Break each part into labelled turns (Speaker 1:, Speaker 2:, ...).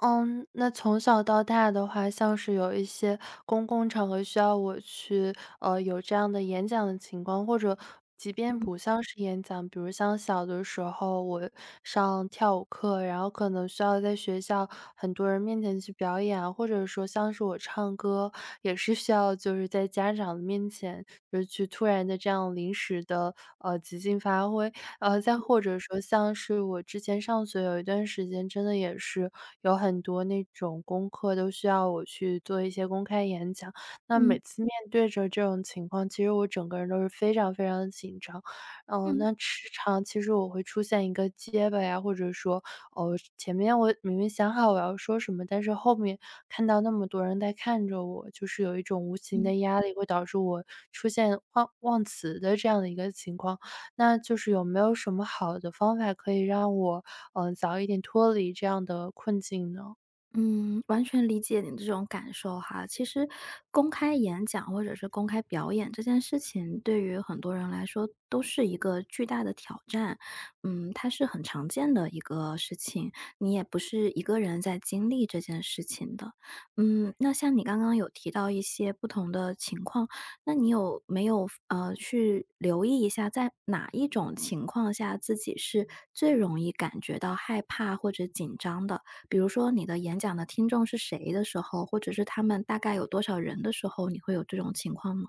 Speaker 1: 嗯，那从小到大的话，像是有一些公共场合需要我去，有这样的演讲的情况，或者即便
Speaker 2: 嗯
Speaker 1: 不像是演讲，比如像小的时候我上跳舞课，然后可能需要在学校很多人面前去表演啊或者说像是我唱歌，也是需要就是在家长的面前就是去突然的这样临时的即兴发挥，再或者说像是我之前上学有一段时间，真的也是有很多那种功课都需要我去做一些公开演讲，那
Speaker 2: 嗯
Speaker 1: 每
Speaker 2: 嗯
Speaker 1: 次面对着这种情况，其实我整个人都是非常非常的紧张。
Speaker 2: 嗯
Speaker 1: 那时常其实我会出现一个结巴呀，或者说，哦，前面我明明想好我要说什么，但是后面看到那么多人在看着我，就是有一种无形
Speaker 2: 嗯
Speaker 1: 的压力，会导致我出现忘词的这样的一个情况。那就是有没有什么好的方法可以让我，早一点脱离这样的困境呢？
Speaker 2: 嗯，完全理解你的这种感受哈。其实公开演讲或者是公开表演这件事情，对于很多人来说都是一个巨大的挑战。嗯，它是很常见的一个事情，你也不是一个人在经历这件事情的。嗯，那像你刚刚有提到一些不同的情况，那你有没有去留意一下，在哪一种情况下自己是最容易感觉到害怕或者紧张的？比如说你的演讲的听众是谁的时候，或者是他们大概有多少人的时候，你会有这种情况吗？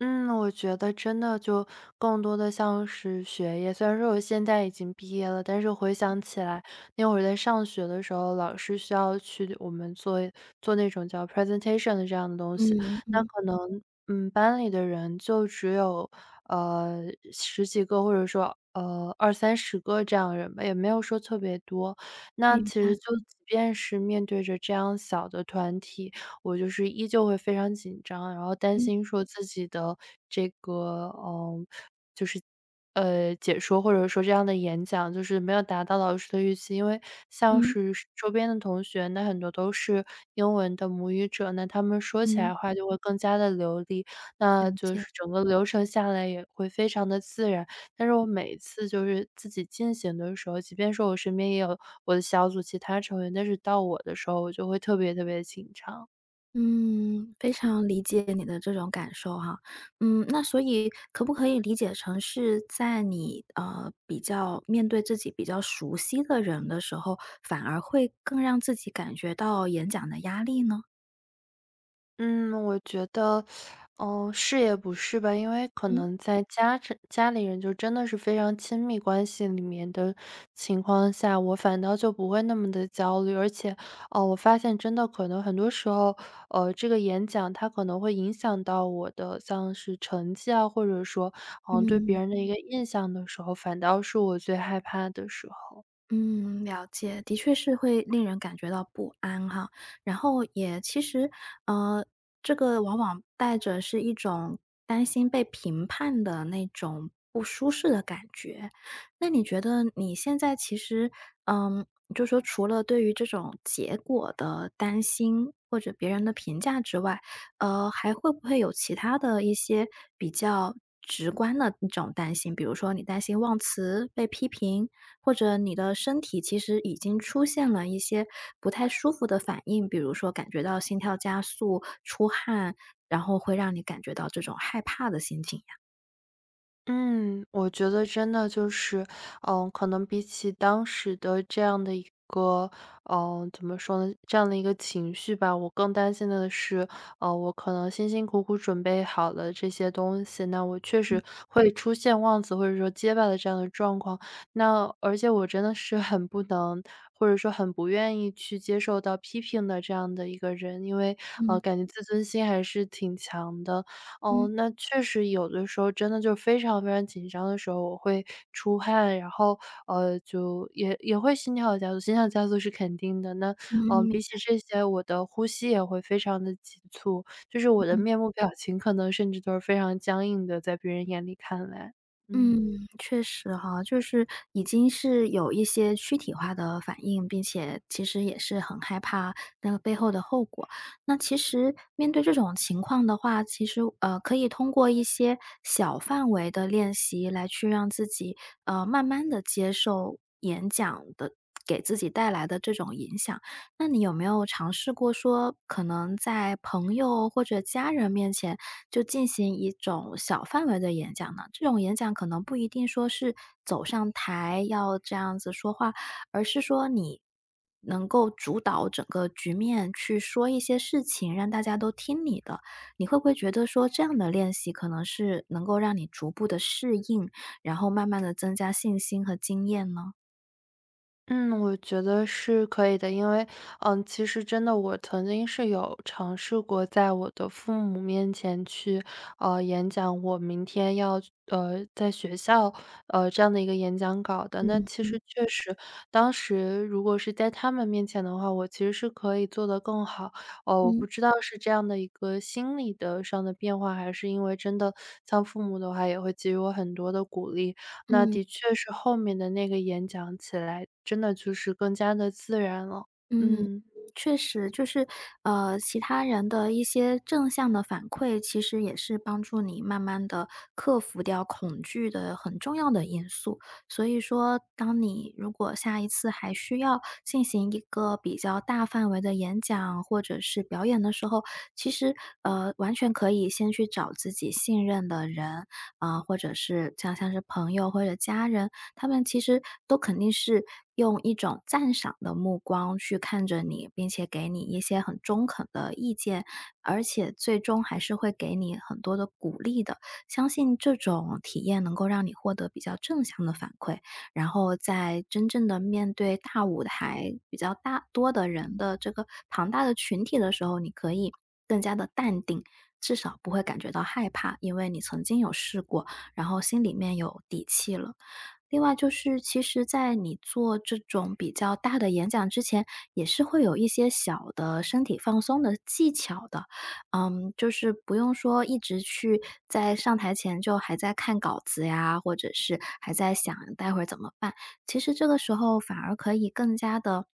Speaker 1: 嗯，我觉得真的就更多的像是学业。虽然说我现在已经毕业了，但是回想起来，那会儿在上学的时候，老师需要去我们做那种叫 presentation 的这样的东西，
Speaker 2: 嗯，
Speaker 1: 那可能班里的人就只有呃十几个，或者说二三十个这样的人吧，也没有说特别多。那
Speaker 2: 明
Speaker 1: 其
Speaker 2: 白，
Speaker 1: 实就即便是面对着这样小的团体，我就是依旧会非常紧张，然后担
Speaker 2: 嗯
Speaker 1: 心说自己的这个，解说或者说这样的演讲，就是没有达到老师的预期。因为像
Speaker 2: 嗯
Speaker 1: 是是周边的同学，那很多都是英文的母语者，那他们说起
Speaker 2: 嗯，
Speaker 1: 来话就会更加的流利，那
Speaker 2: 理
Speaker 1: 就
Speaker 2: 解。
Speaker 1: 是整个流程下来也会非常的自然。但是我每次就是自己进行的时候，即便说我身边也有我的小组其他成员，但是到我的时候，我就会特别特别紧张。
Speaker 2: 嗯，非常理解你的这种感受哈。嗯，那所以可不可以理解成是在你比较面对自己比较熟悉的人的时候，反而会更让自己感觉到演讲的压力呢？
Speaker 1: 嗯，我觉得，嗯是也不是吧。因为可
Speaker 2: 嗯
Speaker 1: 能在家这家里人就真的是非常亲密关系里面的情况下，我反倒就不会那么的焦虑。而且，哦，我发现真的可能很多时候，这个演讲它可能会影响到我的像是成绩啊，或者说，嗯，对别
Speaker 2: 嗯。
Speaker 1: 人的一个印象的时候，反倒是我最害怕的时候。
Speaker 2: 嗯，了解，的确是会令人感觉到不安哈。然后也其实，呃，这个往往带着是一种担心被评判的那种不舒适的感觉。那你觉得你现在其实，嗯，就说除了对于这种结果的担心或者别人的评价之外，还会不会有其他的一些比较直观的一种担心？比如说你担心忘词被批评。或者你的身体其实已经出现了一些不太舒服的反应，比如说感觉到心跳加速、出汗，然后会让你感觉到这种害怕的心情呀？
Speaker 1: 嗯，我觉得真的就是，嗯，可能比起当时的这样的一个，嗯，怎么说呢，这样的一个情绪吧，我更担心的是，我可能辛辛苦苦准备好了这些东西，那我确
Speaker 2: 嗯
Speaker 1: 实会出现忘词或者说结巴的这样的状况。那而且我真的是很不能，或者说很不愿意去接受到批评的这样的一个人，因为
Speaker 2: 嗯
Speaker 1: 感觉自尊心还是挺强的。哦，
Speaker 2: 嗯
Speaker 1: 那确实有的时候真的就是非常非常紧张的时候，我会出汗，然后，就也会心跳加速，心跳加速是肯定的。那，
Speaker 2: 嗯
Speaker 1: 嗯，
Speaker 2: 嗯，明
Speaker 1: 比起这些，我的呼吸也会非常的急促，就是我的面部表情可能甚至都是非常僵硬的，在别人眼里看来，嗯。
Speaker 2: 嗯，确实哈，就是已经是有一些躯体化的反应，并且其实也是很害怕那个背后的后果。那其实面对这种情况的话，其实可以通过一些小范围的练习来去让自己慢慢的接受演讲的给自己带来的这种影响。那你有没有尝试过说，可能在朋友或者家人面前就进行一种小范围的演讲呢？这种演讲可能不一定说是走上台要这样子说话，而是说你能够主导整个局面去说一些事情，让大家都听你的。你会不会觉得说这样的练习可能是能够让你逐步的适应，然后慢慢的增加信心和经验呢？
Speaker 1: 嗯，我觉得是可以的。因为，嗯，其实真的我曾经是有尝试过在我的父母面前去，演讲我明天要在学校，这样的一个演讲稿的。那
Speaker 2: 嗯
Speaker 1: 其实确实当时如果是在他们面前的话，我其实是可以做得更好。哦，我不
Speaker 2: 嗯
Speaker 1: 知道是这样的一个心理的上的变化，还是因为真的像父母的话也会给予我很多的鼓励，那
Speaker 2: 嗯。
Speaker 1: 的确是后面的那个演讲起来，真的就是更加的自然了。
Speaker 2: 嗯，
Speaker 1: 嗯，
Speaker 2: 确实，就是，其他人的一些正向的反馈，其实也是帮助你慢慢的克服掉恐惧的很重要的因素。所以说，当你如果下一次还需要进行一个比较大范围的演讲或者是表演的时候，其实，完全可以先去找自己信任的人，啊，或者是像是朋友或者家人，他们其实都肯定是用一种赞赏的目光去看着你，并且给你一些很中肯的意见，而且最终还是会给你很多的鼓励的。相信这种体验能够让你获得比较正向的反馈，然后在真正的面对大舞台、比较大多的人的这个庞大的群体的时候，你可以更加的淡定，至少不会感觉到害怕，因为你曾经有试过，然后心里面有底气了。另外就是，其实在你做这种比较大的演讲之前，也是会有一些小的身体放松的技巧的。嗯，就是不用说一直去在上台前就还在看稿子呀，或者是还在想待会儿怎么办。其实这个时候反而可以更加的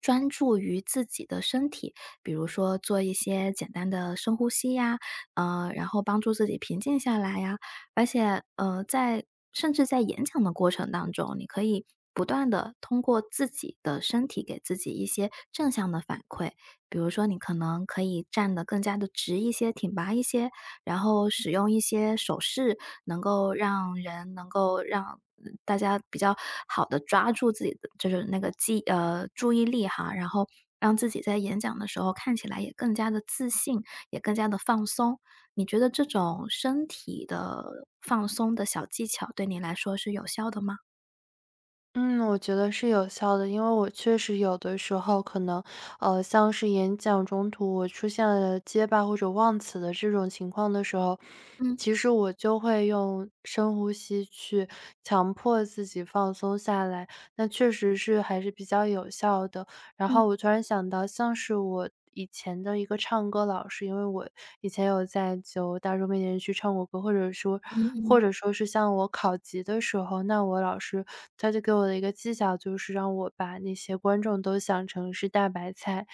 Speaker 2: 专注于自己的身体，比如说做一些简单的深呼吸呀，然后帮助自己平静下来呀。而且，在甚至在演讲的过程当中，你可以不断的通过自己的身体给自己一些正向的反馈。比如说你可能可以站得更加的直一些、挺拔一些，然后使用一些手势，能够让大家比较好的抓住自己的就是那个注意力哈，然后让自己在演讲的时候看起来也更加的自信，也更加的放松。你觉得这种身体的放松的小技巧对你来说是有效的吗？
Speaker 1: 嗯，我觉得是有效的，因为我确实有的时候可能，像是演讲中途我出现了结巴或者忘词的这种情况的时候，
Speaker 2: 嗯
Speaker 1: 其实我就会用深呼吸去强迫自己放松下来，那确实是还是比较有效的。然
Speaker 2: 嗯
Speaker 1: 后我突然想到像是我以前的一个唱歌老师，因为我以前有在就大众面前去唱过歌，
Speaker 2: 嗯嗯。
Speaker 1: 或者说是像我考级的时候，那我老师他就给我的一个技巧，就是让我把那些观众都想成是大白菜。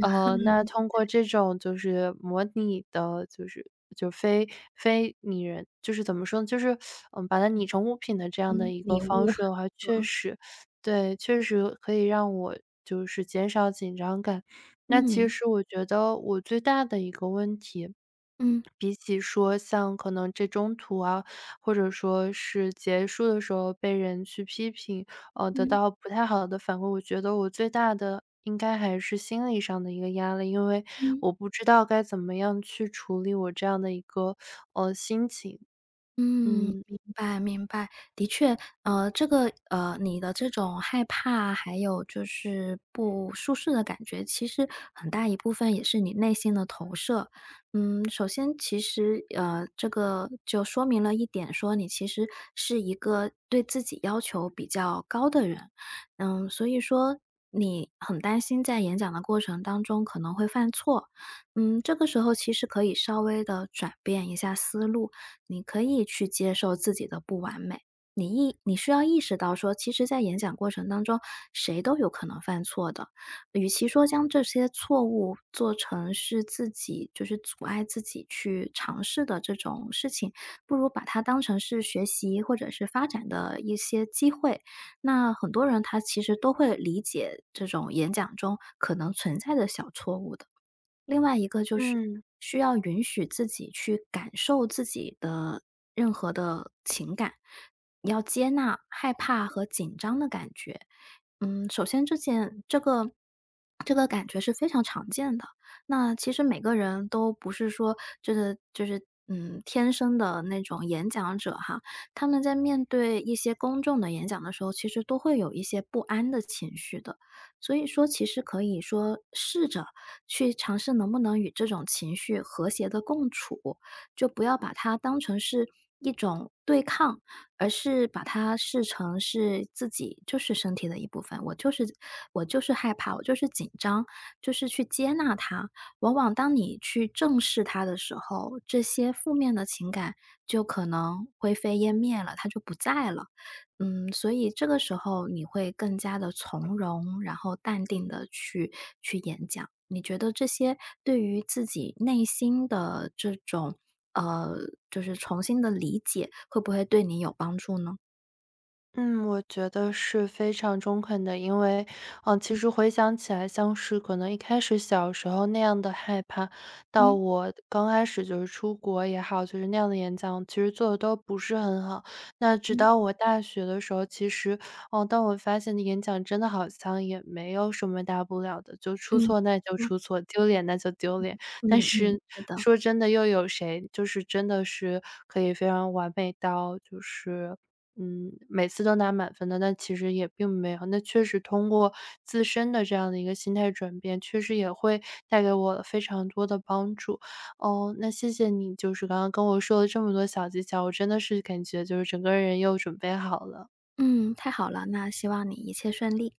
Speaker 1: 那
Speaker 2: 嗯
Speaker 1: 通过这种就是模拟的，就是就非拟人，就是怎么说呢？就是嗯，把它拟成物品的这样的
Speaker 2: 嗯，
Speaker 1: 一个
Speaker 2: 礼
Speaker 1: 方
Speaker 2: 物，
Speaker 1: 式的话，确
Speaker 2: 嗯，
Speaker 1: 实对，确实可以让我就是减少紧张感。那其
Speaker 2: 嗯，
Speaker 1: 实我觉得我最大的一个问题，
Speaker 2: 嗯
Speaker 1: 比起说像可能这中途啊，或者说是结束的时候被人去批评，得
Speaker 2: 嗯
Speaker 1: 到不太好的反馈，我觉得我最大的应该还是心理上的一个压力，因为
Speaker 2: 嗯。
Speaker 1: 我不知道该怎么样去处理我这样的一个，心情。
Speaker 2: 嗯，
Speaker 1: 嗯。
Speaker 2: 明白明白。的确，你的这种害怕，还有就是不舒适的感觉，其实很大一部分也是你内心的投射。嗯，首先其实这个就说明了一点，说你其实是一个对自己要求比较高的人。嗯，所以说你很担心在演讲的过程当中可能会犯错。嗯，这个时候其实可以稍微的转变一下思路。你可以去接受自己的不完美。你需要意识到说，其实在演讲过程当中，谁都有可能犯错的。与其说将这些错误做成是自己就是阻碍自己去尝试的这种事情，不如把它当成是学习或者是发展的一些机会。那很多人他其实都会理解这种演讲中可能存在的小错误的。另外一个就是
Speaker 1: 嗯。
Speaker 2: 需要允许自己去感受自己的任何的情感，要接纳害怕和紧张的感觉。嗯，首先这个感觉是非常常见的。那其实每个人都不是说就是天生的那种演讲者哈，他们在面对一些公众的演讲的时候，其实都会有一些不安的情绪的。所以说，其实可以说试着去尝试能不能与这种情绪和谐的共处，就不要把它当成是一种对抗，而是把它视成是自己就是身体的一部分，我就是害怕，我就是紧张，就是去接纳它。往往当你去正视它的时候，这些负面的情感就可能灰飞烟灭了，它就不在了。嗯，所以这个时候你会更加的从容，然后淡定的去演讲。你觉得这些对于自己内心的这种呃，就是重新的理解，会不会对你有帮助呢？
Speaker 1: 嗯，我觉得是非常中肯的，因为，嗯，其实回想起来，像是可能一开始小时候那样的害怕，到
Speaker 2: 嗯
Speaker 1: 我刚开始就是出国也好，就是那样的演讲，其实做的都不是很好。那直
Speaker 2: 嗯
Speaker 1: 到我大学的时候，其实，嗯，当我发现演讲真的好像也没有什么大不了的，就出
Speaker 2: 嗯，没
Speaker 1: 错那就
Speaker 2: 错
Speaker 1: 出错，丢脸那就丢脸。但
Speaker 2: 嗯嗯，
Speaker 1: 是
Speaker 2: 是的，
Speaker 1: 说真的，又有谁就是真的是可以非常完美到就是嗯，每次都拿满分的，但其实也并没有。那确实通过自身的这样的一个心态转变，确实也会带给我非常多的帮助。哦，那谢谢你，就是刚刚跟我说了这么多小技巧，我真的是感觉就是整个人又准备好了。
Speaker 2: 嗯，太好了，那希望你一切顺利。